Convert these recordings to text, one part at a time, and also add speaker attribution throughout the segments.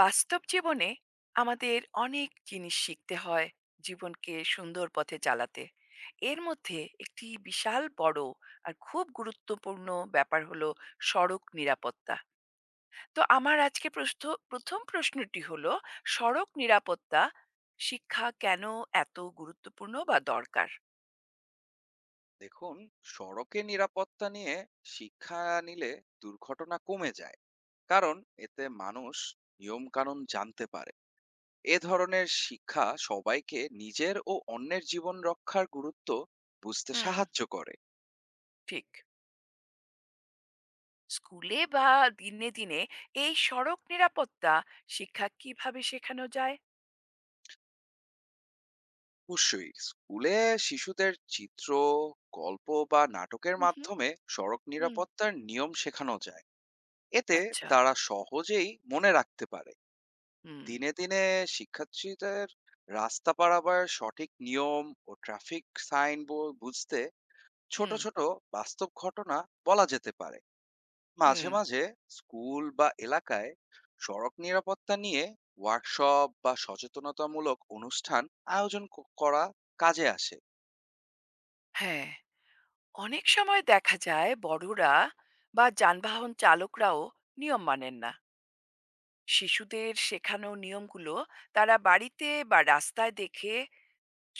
Speaker 1: বাস্তব জীবনে আমাদের অনেক জিনিস শিখতে হয় জীবনকে সুন্দর পথে চালাতে। এর মধ্যে একটি বিশাল বড় আর খুব গুরুত্বপূর্ণ ব্যাপার হলো সড়ক নিরাপত্তা। তো আমার আজকে প্রশ্ন, প্রথম প্রশ্নটি হলো সড়ক নিরাপত্তা শিক্ষা কেন এত গুরুত্বপূর্ণ বা দরকার?
Speaker 2: দেখুন, সড়কে নিরাপত্তা নিয়ে শিক্ষা নিলে দুর্ঘটনা কমে যায়, কারণ এতে মানুষ নিয়ম কানুন জানতে পারে। এ ধরনের শিক্ষা সবাইকে নিজের ও অন্যের জীবন রক্ষার গুরুত্ব বুঝতে
Speaker 1: হুম,
Speaker 2: সাহায্য করে।
Speaker 1: ঠিক। স্কুলে বা দিনে দিনে এই সড়ক নিরাপত্তা শিক্ষা কিভাবে শেখানো যায়?
Speaker 2: অবশ্যই স্কুলে শিশুদের চিত্র, গল্প বা নাটকের
Speaker 1: হুম।
Speaker 2: মাধ্যমে সড়ক
Speaker 1: হুম।
Speaker 2: নিরাপত্তার নিয়ম শেখানো যায়। এতে
Speaker 1: আচ্ছা।
Speaker 2: তারা সহজেই মনে রাখতে পারে।
Speaker 1: হুম।
Speaker 2: দিনে, দিনে শিক্ষার্থীদের রাস্তা পারাবার সঠিক নিয়ম ও ট্রাফিক সাইন বো বুঝতে ছোট,
Speaker 1: হুম,
Speaker 2: ছোট বাস্তব ঘটনা বলা যেতে পারে। মাঝে,
Speaker 1: হুম,
Speaker 2: মাঝে স্কুল বা এলাকায় সড়ক নিরাপত্তা নিয়ে ওয়ার্কশপ বা সচেতনতামূলক অনুষ্ঠান আয়োজন করা কাজে আসে।
Speaker 1: হ্যাঁ। অনেক সময় দেখা যায় বড়রা বা যানবাহন চালকরাও নিয়ম মানেন না। শিশুদের শেখানো নিয়মগুলো তারা বাড়িতে বা রাস্তায় দেখে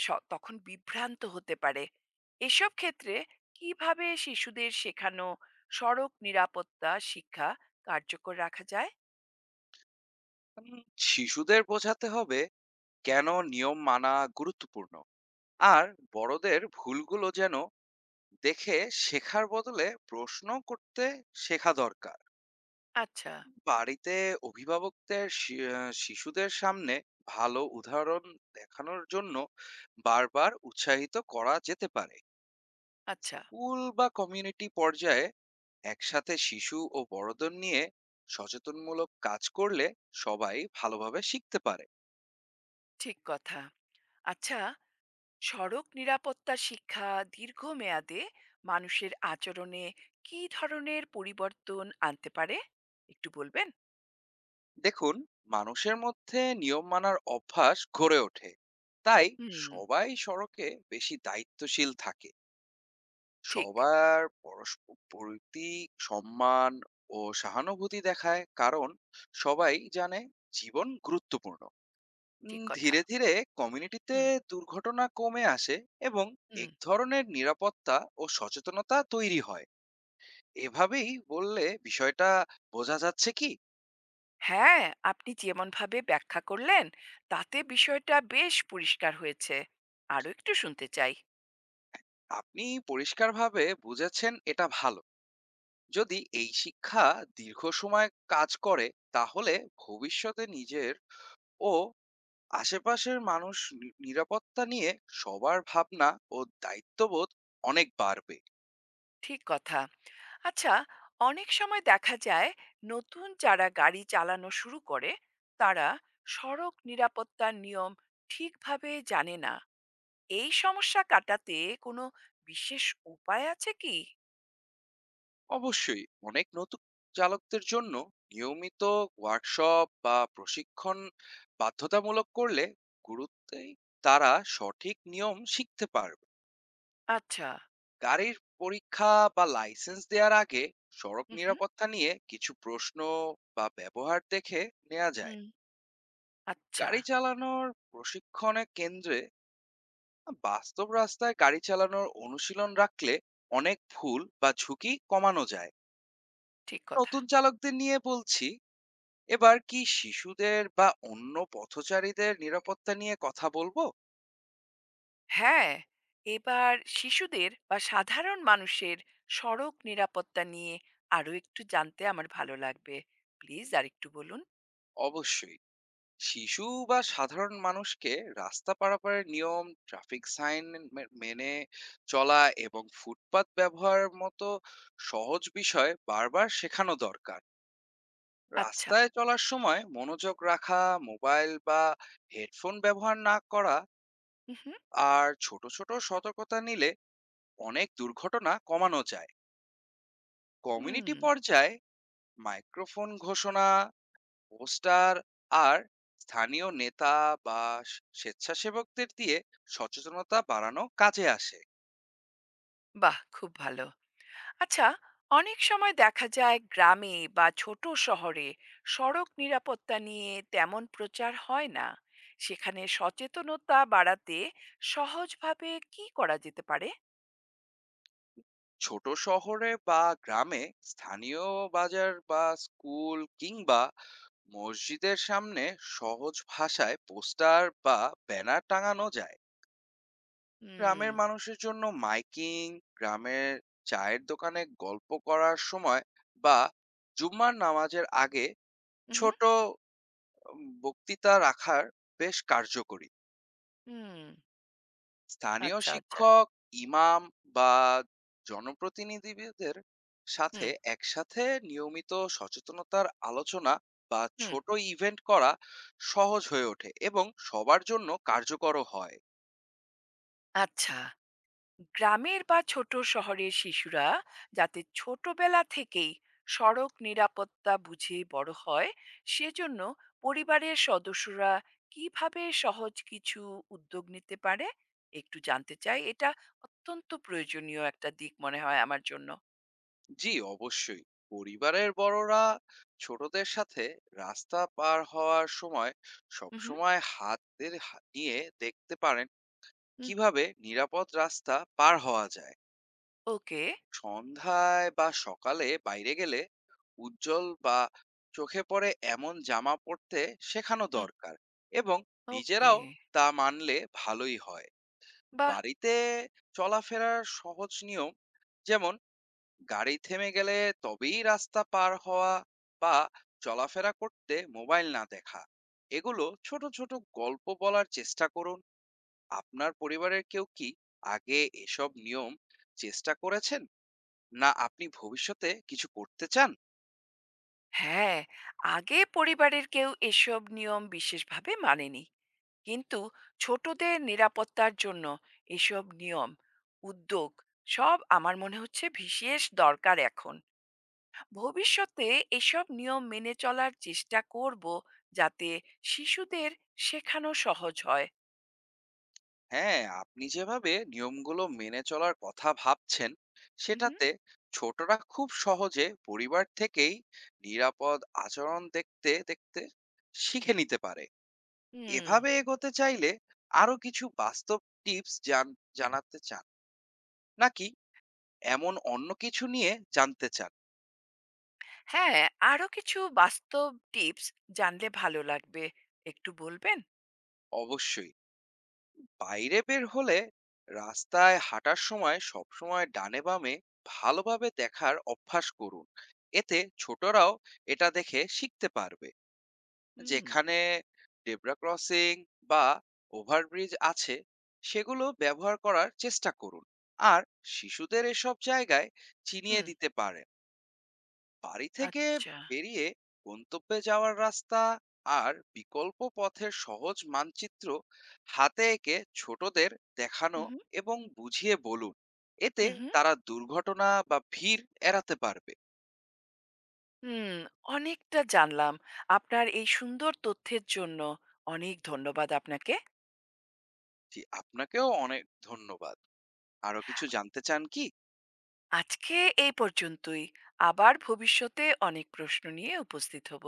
Speaker 1: স তখন বিভ্রান্ত হতে পারে। এসব ক্ষেত্রে কিভাবে শিশুদের শেখানো সড়ক নিরাপত্তা শিক্ষা কার্যকর রাখা যায়?
Speaker 2: উম শিশুদের বোঝাতে হবে কেন নিয়ম মানা গুরুত্বপূর্ণ। আর বড়দের ভুলগুলো যেন দেখে শেখার বদলে প্রশ্ন করতে শেখা দরকার।
Speaker 1: আচ্ছা,
Speaker 2: বাড়িতে অভিভাবকদের শি আ শিশুদের সামনে ভালো উদাহরণ দেখানোর জন্য বারবার উৎসাহিত করা যেতে পারে।
Speaker 1: আচ্ছা,
Speaker 2: স্কুল বা কমিউনিটি পর্যায়ে একসাথে শিশু ও বড়দের নিয়ে সচেতনমূলক কাজ করলে সবাই ভালোভাবে শিখতে পারে।
Speaker 1: ঠিক কথা। আচ্ছা, সড়ক নিরাপত্তা শিক্ষা দীর্ঘমেয়াদে মানুষের আচরণে কি ধরনের পরিবর্তন আনতে পারে, একটু বলবেন?
Speaker 2: দেখুন, মানুষের মধ্যে নিয়ম মানার অভ্যাস গড়ে ওঠে। তাই
Speaker 1: হুম।
Speaker 2: সবাই সড়কে বেশি দায়িত্বশীল থাকে।
Speaker 1: ঠিক।
Speaker 2: সবার পরস্পর প্রতি সম্মান ও সহানুভূতি দেখায়, কারণ সবাই জানে জীবন গুরুত্বপূর্ণ।
Speaker 1: ঠিক কথা।
Speaker 2: ধীরে ধীরে কমিউনিটিতে
Speaker 1: হুম।
Speaker 2: দুর্ঘটনা কমে আসে এবং
Speaker 1: হুম।
Speaker 2: এক ধরনের নিরাপত্তা ও সচেতনতা তৈরি হয়। এভাবেই বললে বিষয়টা বোঝা যাচ্ছে কি?
Speaker 1: হ্যাঁ, আপনি যেমনভাবে ব্যাখ্যা করলেন তাতে বিষয়টা বেশ পরিষ্কার হয়েছে। আরো একটু শুনতে চাই।
Speaker 2: আপনি পরিষ্কারভাবে বুঝেছেন, এটা ভালো। যদি এই শিক্ষা দীর্ঘ সময় কাজ করে, তাহলে ভবিষ্যতে নিজের ও আশেপাশের মানুষ নিরাপত্তা নিয়ে সবার ভাবনা ও দায়িত্ববোধ অনেক বাড়বে।
Speaker 1: ঠিক কথা। আচ্ছা, অনেক সময় দেখা যায় নতুন যারা গাড়ি চালানো শুরু করে তারা সড়ক নিরাপত্তার নিয়ম ঠিকভাবে জানে না। এই সমস্যা কাটাতে কোনো বিশেষ উপায় আছে কি?
Speaker 2: অবশ্যই, অনেক নতুন চালকদের জন্য নিয়মিত ওয়ার্কশপ বা প্রশিক্ষণ বাধ্যতামূলক করলে গুরুত্বেই তারা সঠিক নিয়ম শিখতে পারবে।
Speaker 1: আচ্ছা।
Speaker 2: গাড়ির পরীক্ষা বা লাইসেন্স দেওয়ার আগে সড়ক
Speaker 1: হু, হু।
Speaker 2: নিরাপত্তা নিয়ে কিছু প্রশ্ন বা ব্যবহার দেখে নেওয়া যায়।
Speaker 1: হুম, আচ্ছা,
Speaker 2: গাড়ি চালানোর প্রশিক্ষণে কেন্দ্রে বাস্তব রাস্তায় গাড়ি চালানোর অনুশীলন রাখলে অনেক ভুল বা ঝুঁকি কমানো যায়।
Speaker 1: ঠিক কথা।
Speaker 2: নতুন চালকদের নিয়ে বলছি, এবার কি শিশুদের বা অন্য পথচারীদের নিরাপত্তা নিয়ে কথা বলবো?
Speaker 1: হ্যাঁ, এবার শিশুদের বা সাধারণ মানুষের সড়ক নিরাপত্তা নিয়ে আরো একটু জানতে আমার ভালো লাগবে। প্লিজ আরেকটু বলুন।
Speaker 2: অবশ্যই, শিশু বা সাধারণ মানুষকে রাস্তা পারাপারের নিয়ম, ট্রাফিক সাইন মেনে চলা এবং ফুটপাত ব্যবহার মতো সহজ বিষয় বারবার শেখানো দরকার।
Speaker 1: আচ্ছা।
Speaker 2: রাস্তায় চলার সময় মনোযোগ রাখা, মোবাইল বা হেডফোন ব্যবহার না করা
Speaker 1: হু, হু।
Speaker 2: আর ছোট ছোট সতর্কতা নিলে অনেক দুর্ঘটনা কমানো যায়।
Speaker 1: হুম,
Speaker 2: কমিউনিটি পর্যায়ে মাইক্রোফোন ঘোষণা, পোস্টার আর স্থানীয় নেতা বা স্বেচ্ছাসেবকদের দিয়ে সচেতনতা বাড়ানো কাজে আসে।
Speaker 1: বাহ! খুব ভালো। আচ্ছা, অনেক সময় দেখা যায় গ্রামে বা ছোট শহরে সড়ক নিরাপত্তা নিয়ে তেমন প্রচার হয় না। সেখানে সচেতনতা বাড়াতে সহজভাবে কি করা যেতে পারে?
Speaker 2: ছোট শহরে বা গ্রামে স্থানীয় বাজার বা স্কুল কিংবা মসজিদের সামনে সহজ ভাষায় পোস্টার বা ব্যানার টাঙানো যায়।
Speaker 1: হুম।
Speaker 2: গ্রামের মানুষের জন্য মাইকিং, গ্রামের চায়ের দোকানে গল্প করার সময় বা জুম্মার নামাজের আগে
Speaker 1: হুম।
Speaker 2: ছোট বক্তৃতা রাখার বেশ কার্যকরী।
Speaker 1: হুম।
Speaker 2: স্থানীয়
Speaker 1: আচ্ছা, আচ্ছা।
Speaker 2: শিক্ষক, ইমাম বা জনপ্রতিনিধিদের সাথে
Speaker 1: হুম।
Speaker 2: একসাথে নিয়মিত সচেতনতার আলোচনা বা
Speaker 1: হুম।
Speaker 2: ছোট ইভেন্ট করা সহজ হয়ে ওঠে এবং সবার জন্য কার্যকরও হয়।
Speaker 1: আচ্ছা, গ্রামের বা ছোট শহরের শিশুরা যাতে ছোটবেলা থেকেই সড়ক নিরাপত্তা বুঝে বড় হয়, সেজন্য পরিবারের সদস্যরা কিভাবে সহজ কিছু উদ্যোগ নিতে পারে একটু জানতে চাই। এটা অত্যন্ত প্রয়োজনীয় একটা দিক মনে হয় আমার জন্য।
Speaker 2: জি, অবশ্যই। পরিবারের বড়রা ছোটদের সাথে রাস্তা পার হওয়ার সময়
Speaker 1: হুম।
Speaker 2: সবসময় হাতের নিয়ে দেখতে পারেন
Speaker 1: হুম।
Speaker 2: কিভাবে নিরাপদ রাস্তা পার হওয়া যায়।
Speaker 1: ওকে।
Speaker 2: সন্ধ্যায় বা সকালে বাইরে গেলে উজ্জ্বল বা চোখে পড়ে এমন জামা পরতে শেখানো
Speaker 1: হুম।
Speaker 2: দরকার এবং
Speaker 1: ওকে।
Speaker 2: নিজেরাও তা মানলে ভালোই হয়।
Speaker 1: বাহ।
Speaker 2: বাড়িতে চলাফেরার সহজ নিয়ম, যেমন গাড়ি থেমে গেলে তবেই রাস্তা পার হওয়া বা চলাফেরা করতে মোবাইল না দেখা, এগুলো ছোট ছোট গল্প বলার চেষ্টা করুন। আপনার পরিবারের কেউ কি আগে এসব নিয়ম চেষ্টা করেছেন, না আপনি ভবিষ্যতে কিছু করতে চান?
Speaker 1: হ্যাঁ, আগে পরিবারের কেউ এসব নিয়ম বিশেষভাবে মানেনি, কিন্তু ছোটদের নিরাপত্তার জন্য এসব নিয়ম, উদ্যোগ সব আমার মনে হচ্ছে বিশেষ দরকার এখন। ভবিষ্যতে এসব নিয়ম মেনে চলার চেষ্টা করব, যাতে শিশুদের শেখানো সহজ হয়।
Speaker 2: হ্যাঁ, আপনি যেভাবে নিয়মগুলো মেনে চলার কথা ভাবছেন,
Speaker 1: উহুম,
Speaker 2: সেটাতে ছোটরা খুব সহজে পরিবার থেকেই নিরাপদ আচরণ দেখতে দেখতে শিখে নিতে পারে।
Speaker 1: হুম।
Speaker 2: এভাবে এগোতে চাইলে আরো কিছু বাস্তব টিপস জানাতে চান, নাকি এমন অন্য কিছু নিয়ে জানতে চান?
Speaker 1: হ্যাঁ, আরো কিছু বাস্তব টিপস জানলে ভালো লাগবে, একটু বলবেন?
Speaker 2: অবশ্যই, বাইরে বের হলে রাস্তায় হাঁটার সময় সবসময় ডানে বামে ভালোভাবে দেখার অভ্যাস করুন। এতে ছোটরাও এটা দেখে শিখতে পারবে।
Speaker 1: হুম।
Speaker 2: যেখানে ডেবরা ক্রসিং বা ওভারব্রিজ আছে, সেগুলো ব্যবহার করার চেষ্টা করুন আর শিশুদের এসব জায়গায় চিনিয়ে
Speaker 1: হুম।
Speaker 2: দিতে পারেন। বাড়ি থেকে
Speaker 1: আচ্ছা।
Speaker 2: বেরিয়ে গন্তব্যে যাওয়ার রাস্তা আর বিকল্প পথের সহজ মানচিত্র হাতে এঁকে ছোটদের দেখানো
Speaker 1: হুম।
Speaker 2: এবং বুঝিয়ে বলুন। এতে
Speaker 1: হুম।
Speaker 2: তারা দুর্ঘটনা বা ভিড় এড়াতে পারবে।
Speaker 1: হুম, অনেকটা জানলাম। আপনার এই সুন্দর তথ্যের জন্য অনেক ধন্যবাদ আপনাকে।
Speaker 2: জি, আপনাকেও অনেক ধন্যবাদ। আরো কিছু জানতে চান কি?
Speaker 1: আজকে এই পর্যন্তই। আবার ভবিষ্যতে অনেক প্রশ্ন নিয়ে উপস্থিত হব।